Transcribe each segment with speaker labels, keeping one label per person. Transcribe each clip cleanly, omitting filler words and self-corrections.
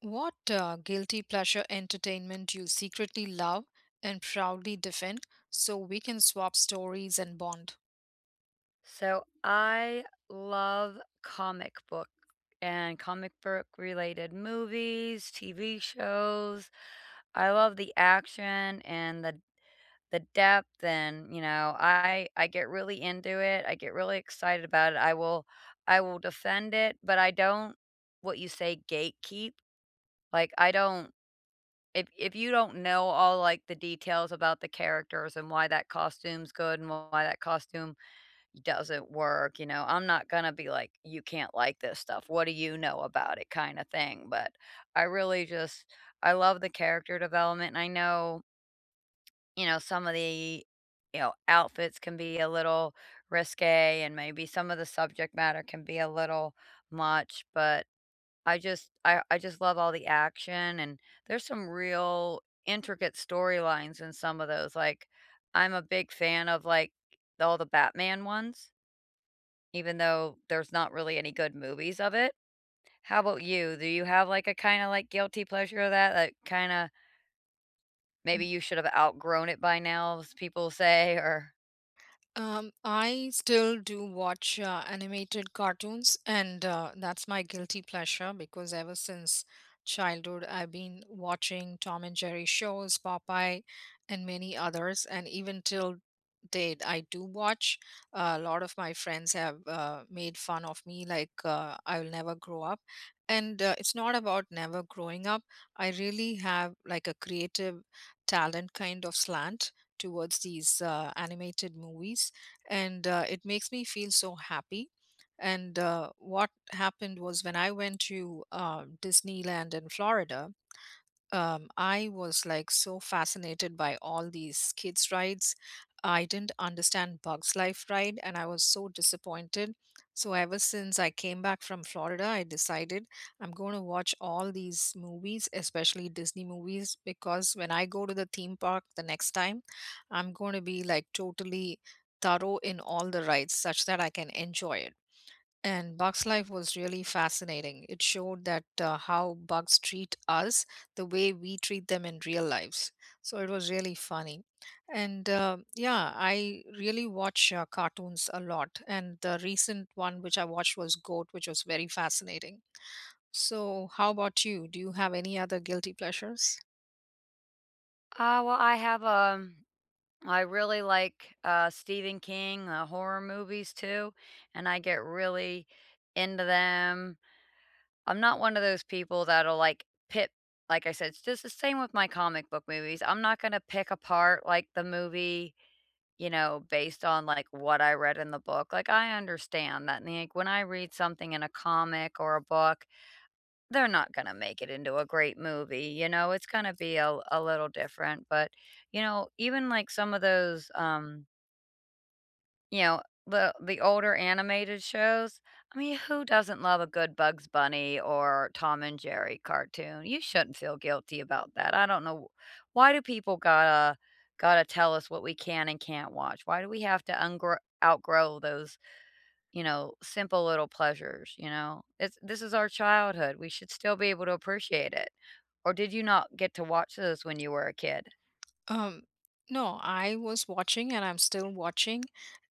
Speaker 1: What guilty pleasure entertainment you secretly love and proudly defend so we can swap stories and bond?
Speaker 2: So I love comic book and comic book related movies, TV shows. I love the action and the depth and I get really into it. I get really excited about it. I will defend it, but I don't what you say gatekeep. Like I don't if you don't know all like the details about the characters and why that costume's good and why that costume doesn't work, you know, I'm not gonna be like, "You can't like this stuff. What do you know about it?" kinda thing, but I really just I love the character development, and I know, some of the, outfits can be a little risque, and maybe some of the subject matter can be a little much, but I just love all the action, and there's some real intricate storylines in some of those, like, I'm a big fan of, like, all the Batman ones. Even though there's not really any good movies of it. How about you? Do you have, like, a kinda, like, guilty pleasure of that? That kinda maybe you should have outgrown it by now, as people say, or
Speaker 1: I still do watch animated cartoons, and that's my guilty pleasure because ever since childhood, I've been watching Tom and Jerry shows, Popeye, and many others. And even till date, I do watch. A lot of my friends have made fun of me, like I will never grow up. And it's not about never growing up. I really have like a creative talent kind of slant towards these animated movies and it makes me feel so happy and what happened was when I went to Disneyland in Florida. I was like so fascinated by all these kids' rides. I didn't understand Bugs Life ride and I was so disappointed. So, ever since I came back from Florida, I decided I'm going to watch all these movies, especially Disney movies, because when I go to the theme park the next time, I'm going to be like totally thorough in all the rides such that I can enjoy it. And Bugs Life was really fascinating. It showed that how bugs treat us the way we treat them in real lives. So it was really funny. And yeah, I really watch cartoons a lot. And the recent one which I watched was Goat, which was very fascinating. So, how about you? Do you have any other guilty pleasures?
Speaker 2: Well, I have, I really like, Stephen King, horror movies too, and I get really into them. I'm not one of those people that'll, like, pit like I said, it's just the same with my comic book movies. I'm not gonna pick apart, like, the movie, based on, like, what I read in the book, like, I understand that, like, when I read something in a comic or a book, they're not gonna make it into a great movie, you know, it's gonna be a little different, but, you know, even, like, some of those, you know, the older animated shows, I mean, who doesn't love a good Bugs Bunny or Tom and Jerry cartoon? You shouldn't feel guilty about that. I don't know why do people gotta tell us what we can and can't watch? Why do we have to ungro outgrow those, you know, simple little pleasures, you know? It's this is our childhood. We should still be able to appreciate it. Or did you not get to watch those when you were a kid?
Speaker 1: Um, no, I was watching and I'm still watching,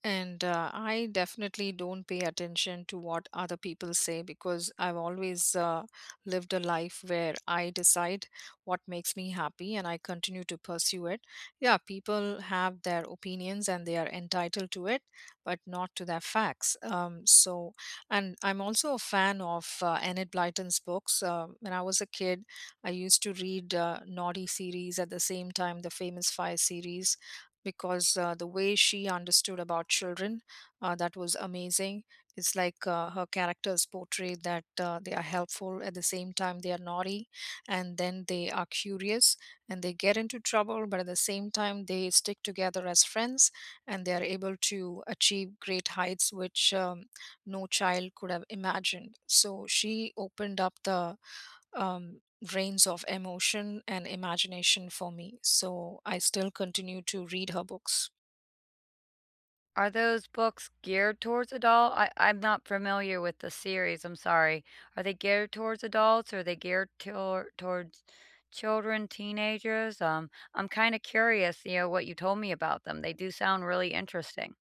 Speaker 1: and I definitely don't pay attention to what other people say because I've always lived a life where I decide what makes me happy and I continue to pursue it. Yeah, people have their opinions and they are entitled to it, but not to their facts. So, and I'm also a fan of Enid Blyton's books. When I was a kid, I used to read Naughty series at the same time, the Famous Five series, because the way she understood about children, that was amazing. It's like her characters portray that they are helpful at the same time they are naughty, and then they are curious and they get into trouble, but at the same time they stick together as friends and they are able to achieve great heights which no child could have imagined. So she opened up the drains of emotion and imagination for me. So I still continue to read her books.
Speaker 2: Are those books geared towards adult? I'm not familiar with the series, I'm sorry. Are they geared towards adults? Or are they geared tor towards children, teenagers? I'm kinda curious, you know, what you told me about them. They do sound really interesting.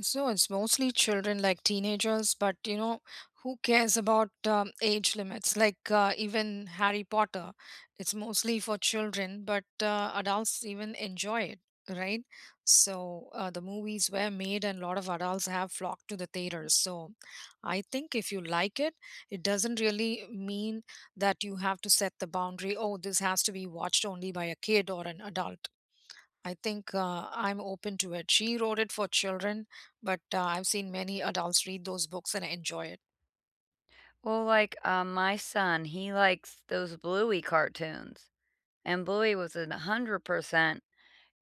Speaker 1: So it's mostly children like teenagers, but you know, who cares about age limits? Like even Harry Potter, it's mostly for children, but adults even enjoy it, right? So the movies were made, and a lot of adults have flocked to the theaters. So I think if you like it doesn't really mean that you have to set the boundary, oh, this has to be watched only by a kid or an adult. I think I'm open to it. She wrote it for children, but I've seen many adults read those books and enjoy it.
Speaker 2: Well, like, my son, he likes those Bluey cartoons, and Bluey was a 100%,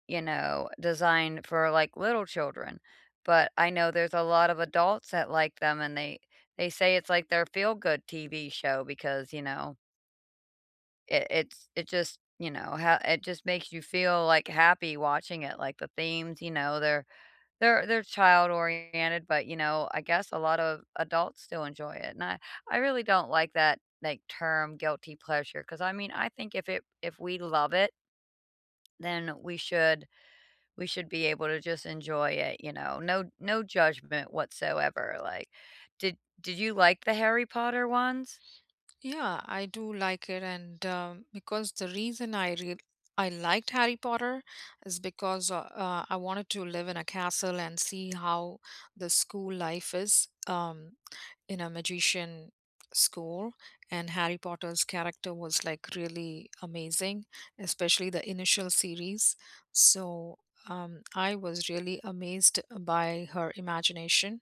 Speaker 2: you know, designed for, like, little children, but I know there's a lot of adults that like them, and they say it's like their feel-good TV show because, you know, it just, you know, ha it just makes you feel, like, happy watching it, like, the themes, you know, they're child-oriented, but, you know, I guess a lot of adults still enjoy it, and I really don't like that, like, term guilty pleasure because I mean, I think if we love it, then we should be able to just enjoy it, you know. No judgment whatsoever, like, did you like the Harry Potter ones?
Speaker 1: Yeah, I do like it, and because the reason I re I liked Harry Potter is because I wanted to live in a castle and see how the school life is. In a magician school, and Harry Potter's character was like really amazing, especially the initial series. So I was really amazed by her imagination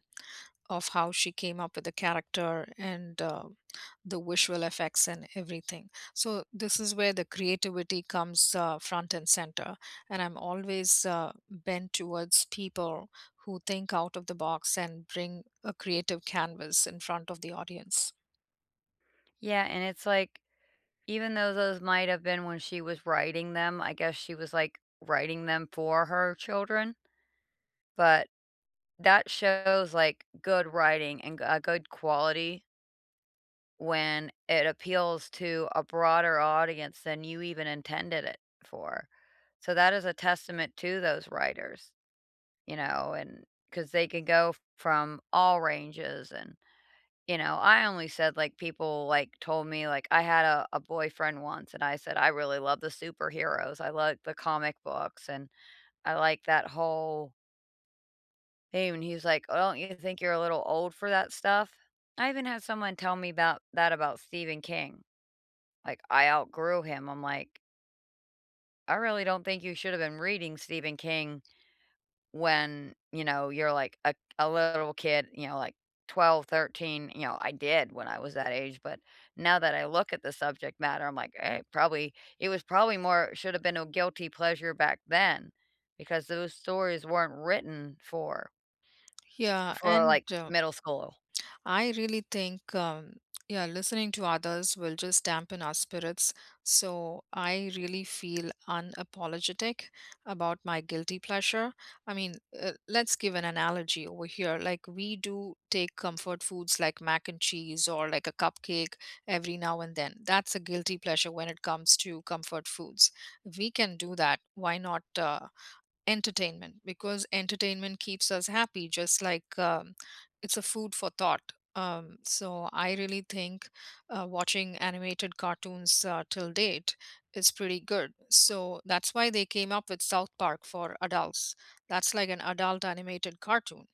Speaker 1: of how she came up with the character and the visual effects and everything. So this is where the creativity comes front and center. And I'm always bent towards people who think out of the box and bring a creative canvas in front of the audience.
Speaker 2: Yeah, and it's like, even though those might have been when she was writing them, I guess she was, like, writing them for her children, but that shows, like, good writing and g a good quality when it appeals to a broader audience than you even intended it for. So that is a testament to those writers. You know, and because they can go from all ranges. And, you know, I only said like people like told me, like, I had a boyfriend once and I said, I really love the superheroes. I like the comic books and I like that whole thing. And he's like, Oh, don't you think you're a little old for that stuff? I even had someone tell me about that about Stephen King. Like, I outgrew him. I'm like, I really don't think you should have been reading Stephen King when, you know, you're like a little kid, you know, like 12, 13, you know, I did when I was that age. But now that I look at the subject matter, I'm like, hey, probably it was probably more should have been a guilty pleasure back then because those stories weren't written for
Speaker 1: Yeah,
Speaker 2: for
Speaker 1: and
Speaker 2: like
Speaker 1: uh,
Speaker 2: middle school.
Speaker 1: I really think, yeah, listening to others will just dampen our spirits. So I really feel unapologetic about my guilty pleasure. I mean, let's give an analogy over here. Like, we do take comfort foods like mac and cheese or like a cupcake every now and then. That's a guilty pleasure when it comes to comfort foods. If we can do that, why not? Entertainment, because entertainment keeps us happy just like it's a food for thought. So I really think watching animated cartoons till date is pretty good. So that's why they came up with South Park for adults. That's like an adult animated cartoon,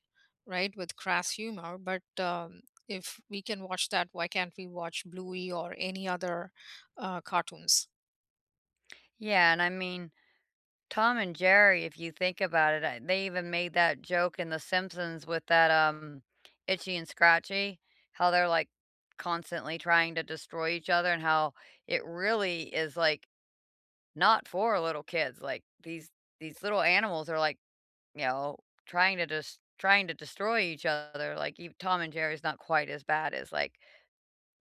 Speaker 1: right, with crass humor. But if we can watch that, why can't we watch Bluey or any other cartoons?
Speaker 2: Yeah, and I mean, Tom and Jerry, if you think about it, I they even made that joke in The Simpsons with that, Itchy and Scratchy, how they're, like, constantly trying to destroy each other and how it really is, like, not for little kids, like, these little animals are, like, you know, trying to destroy each other, like, ev Tom and Jerry's not quite as bad as, like,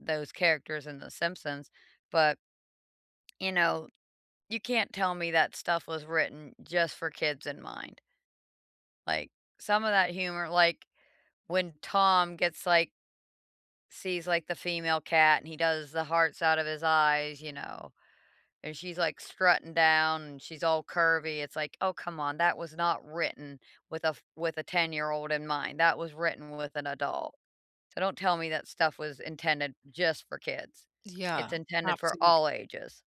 Speaker 2: those characters in The Simpsons, but, you know, you can't tell me that stuff was written just for kids in mind. Like, some of that humor, like, when Tom gets, like sees, like, the female cat and he does the hearts out of his eyes, you know, and she's, like, strutting down and she's all curvy, it's like, "Oh, come on, that was not written with a 10-year-old in mind, that was written with an adult." So don't tell me that stuff was intended just for kids.
Speaker 1: Yeah,
Speaker 2: It's intended for
Speaker 1: absolutely.
Speaker 2: all ages.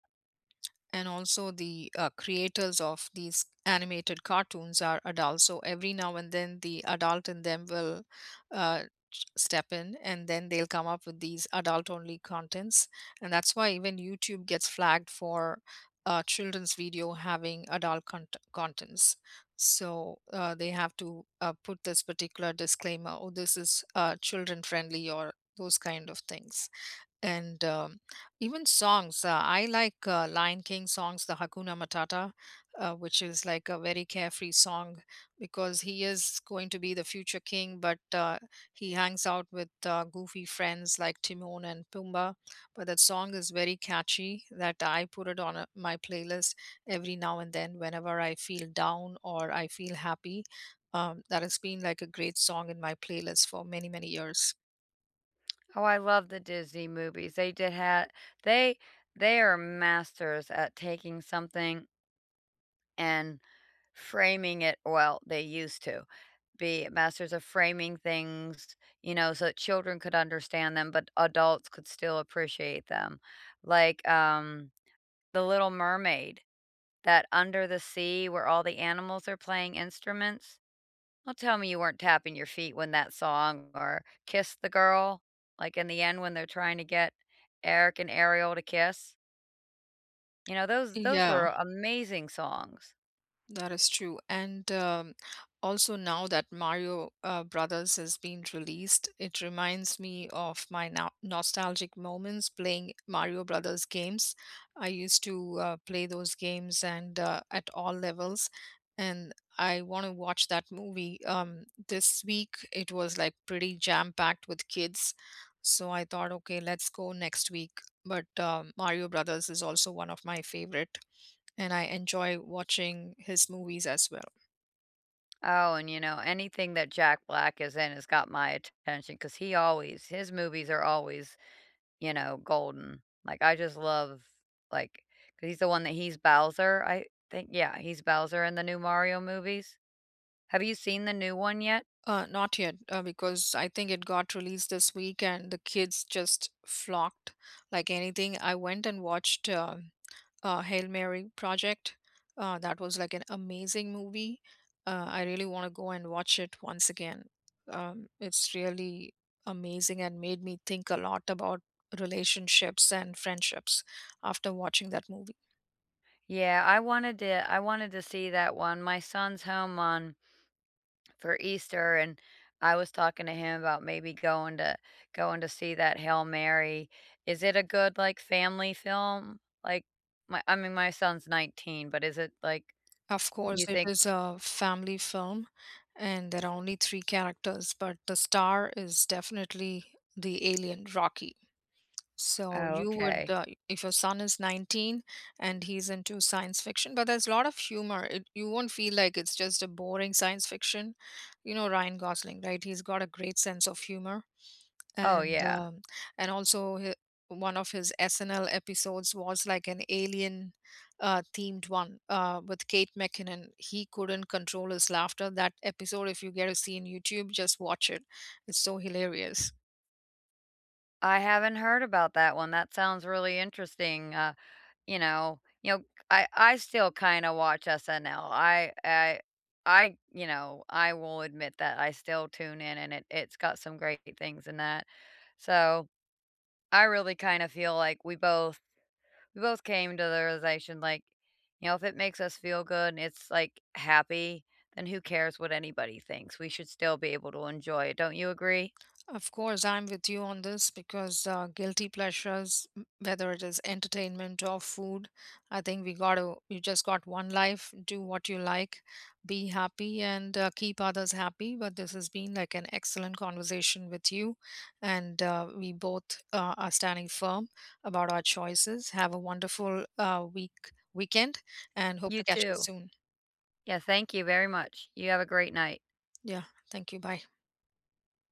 Speaker 1: And also the creators of these animated cartoons are adults, so every now and then the adult in them will uh, step in and then they'll come up with these adult only contents. And that's why even YouTube gets flagged for children's video having adult contents. So they have to put this particular disclaimer, oh, this is children friendly or those kind of things. And even songs, I like Lion King songs, the Hakuna Matata, which is like a very carefree song, because he is going to be the future king, but he hangs out with goofy friends like Timon and Pumbaa. But that song is very catchy that I put it on a, my playlist every now and then whenever I feel down or I feel happy. That has been like a great song in my playlist for many, many years.
Speaker 2: Oh, I love the Disney movies, they did had they they are masters at taking something and framing it well, they used to be masters of framing things, you know, so that children could understand them, but adults could still appreciate them. Like, The Little Mermaid, that under the sea where all the animals are playing instruments. Don't tell me you weren't tapping your feet when that song or Kiss the Girl, like in the end when they're trying to get Eric and Ariel to kiss. You know, those
Speaker 1: Yeah.
Speaker 2: were amazing songs.
Speaker 1: That is true. And also now that Mario Brothers has been released, it reminds me of my nostalgic moments playing Mario Brothers games. I used to play those games and at all levels. And I want to watch that movie. This week it was like pretty jam-packed with kids. So I thought, okay, let's go next week. But Mario Brothers is also one of my favorite and I enjoy watching his movies as well.
Speaker 2: Oh, and you know, anything that Jack Black is in has got my attention because he always his movies are always, you know, golden. Like, I just love, like 'cause he's the one that he's Bowser, I think yeah, he's Bowser in the new Mario movies. Have you seen the new one yet?
Speaker 1: Not yet, because I think it got released this week and the kids just flocked like anything. I went and watched Hail Mary Project. That was like an amazing movie. I really want to go and watch it once again. It's really amazing and made me think a lot about relationships and friendships after watching that movie.
Speaker 2: Yeah, I wanted to see that one. My son's home on for Easter and I was talking to him about maybe going to see that Hail Mary. Is it a good, like, family film? Like, my I mean, my son's 19, but is it, like,
Speaker 1: Of course,
Speaker 2: you
Speaker 1: it
Speaker 2: think.
Speaker 1: is a family film, and there are only three characters, but the star is definitely the alien Rocky. So
Speaker 2: Oh,
Speaker 1: you would,
Speaker 2: okay.
Speaker 1: if your son is 19 and he's into science fiction, but there's a lot of humor. It, you won't feel like it's just a boring science fiction. You know Ryan Gosling, right? He's got a great sense of humor
Speaker 2: Oh,
Speaker 1: and
Speaker 2: yeah.
Speaker 1: also one of his SNL episodes was like an alien themed one with Kate McKinnon. He couldn't control his laughter. That episode, if you get to see on YouTube, just watch it. It's so hilarious.
Speaker 2: I haven't heard about that one. That sounds really interesting. You know you know, I still kinda watch SNL. I will admit that I still tune in, and it's got some great things in that. So I really kind of feel like we both came to the realization like, you know, if it makes us feel good and it's like happy, then who cares what anybody thinks? We should still be able to enjoy it. Don't you agree?
Speaker 1: Of course, I'm with you on this because guilty pleasures, whether it is entertainment or food, I think we got to, you just got one life, do what you like, be happy, and keep others happy. But this has been like an excellent conversation with you, and we both are standing firm about our choices. Have a wonderful week, weekend, and hope to
Speaker 2: You
Speaker 1: catch you
Speaker 2: too.
Speaker 1: soon.
Speaker 2: Yeah, thank you very much. You have a great night.
Speaker 1: Yeah, thank you. Bye.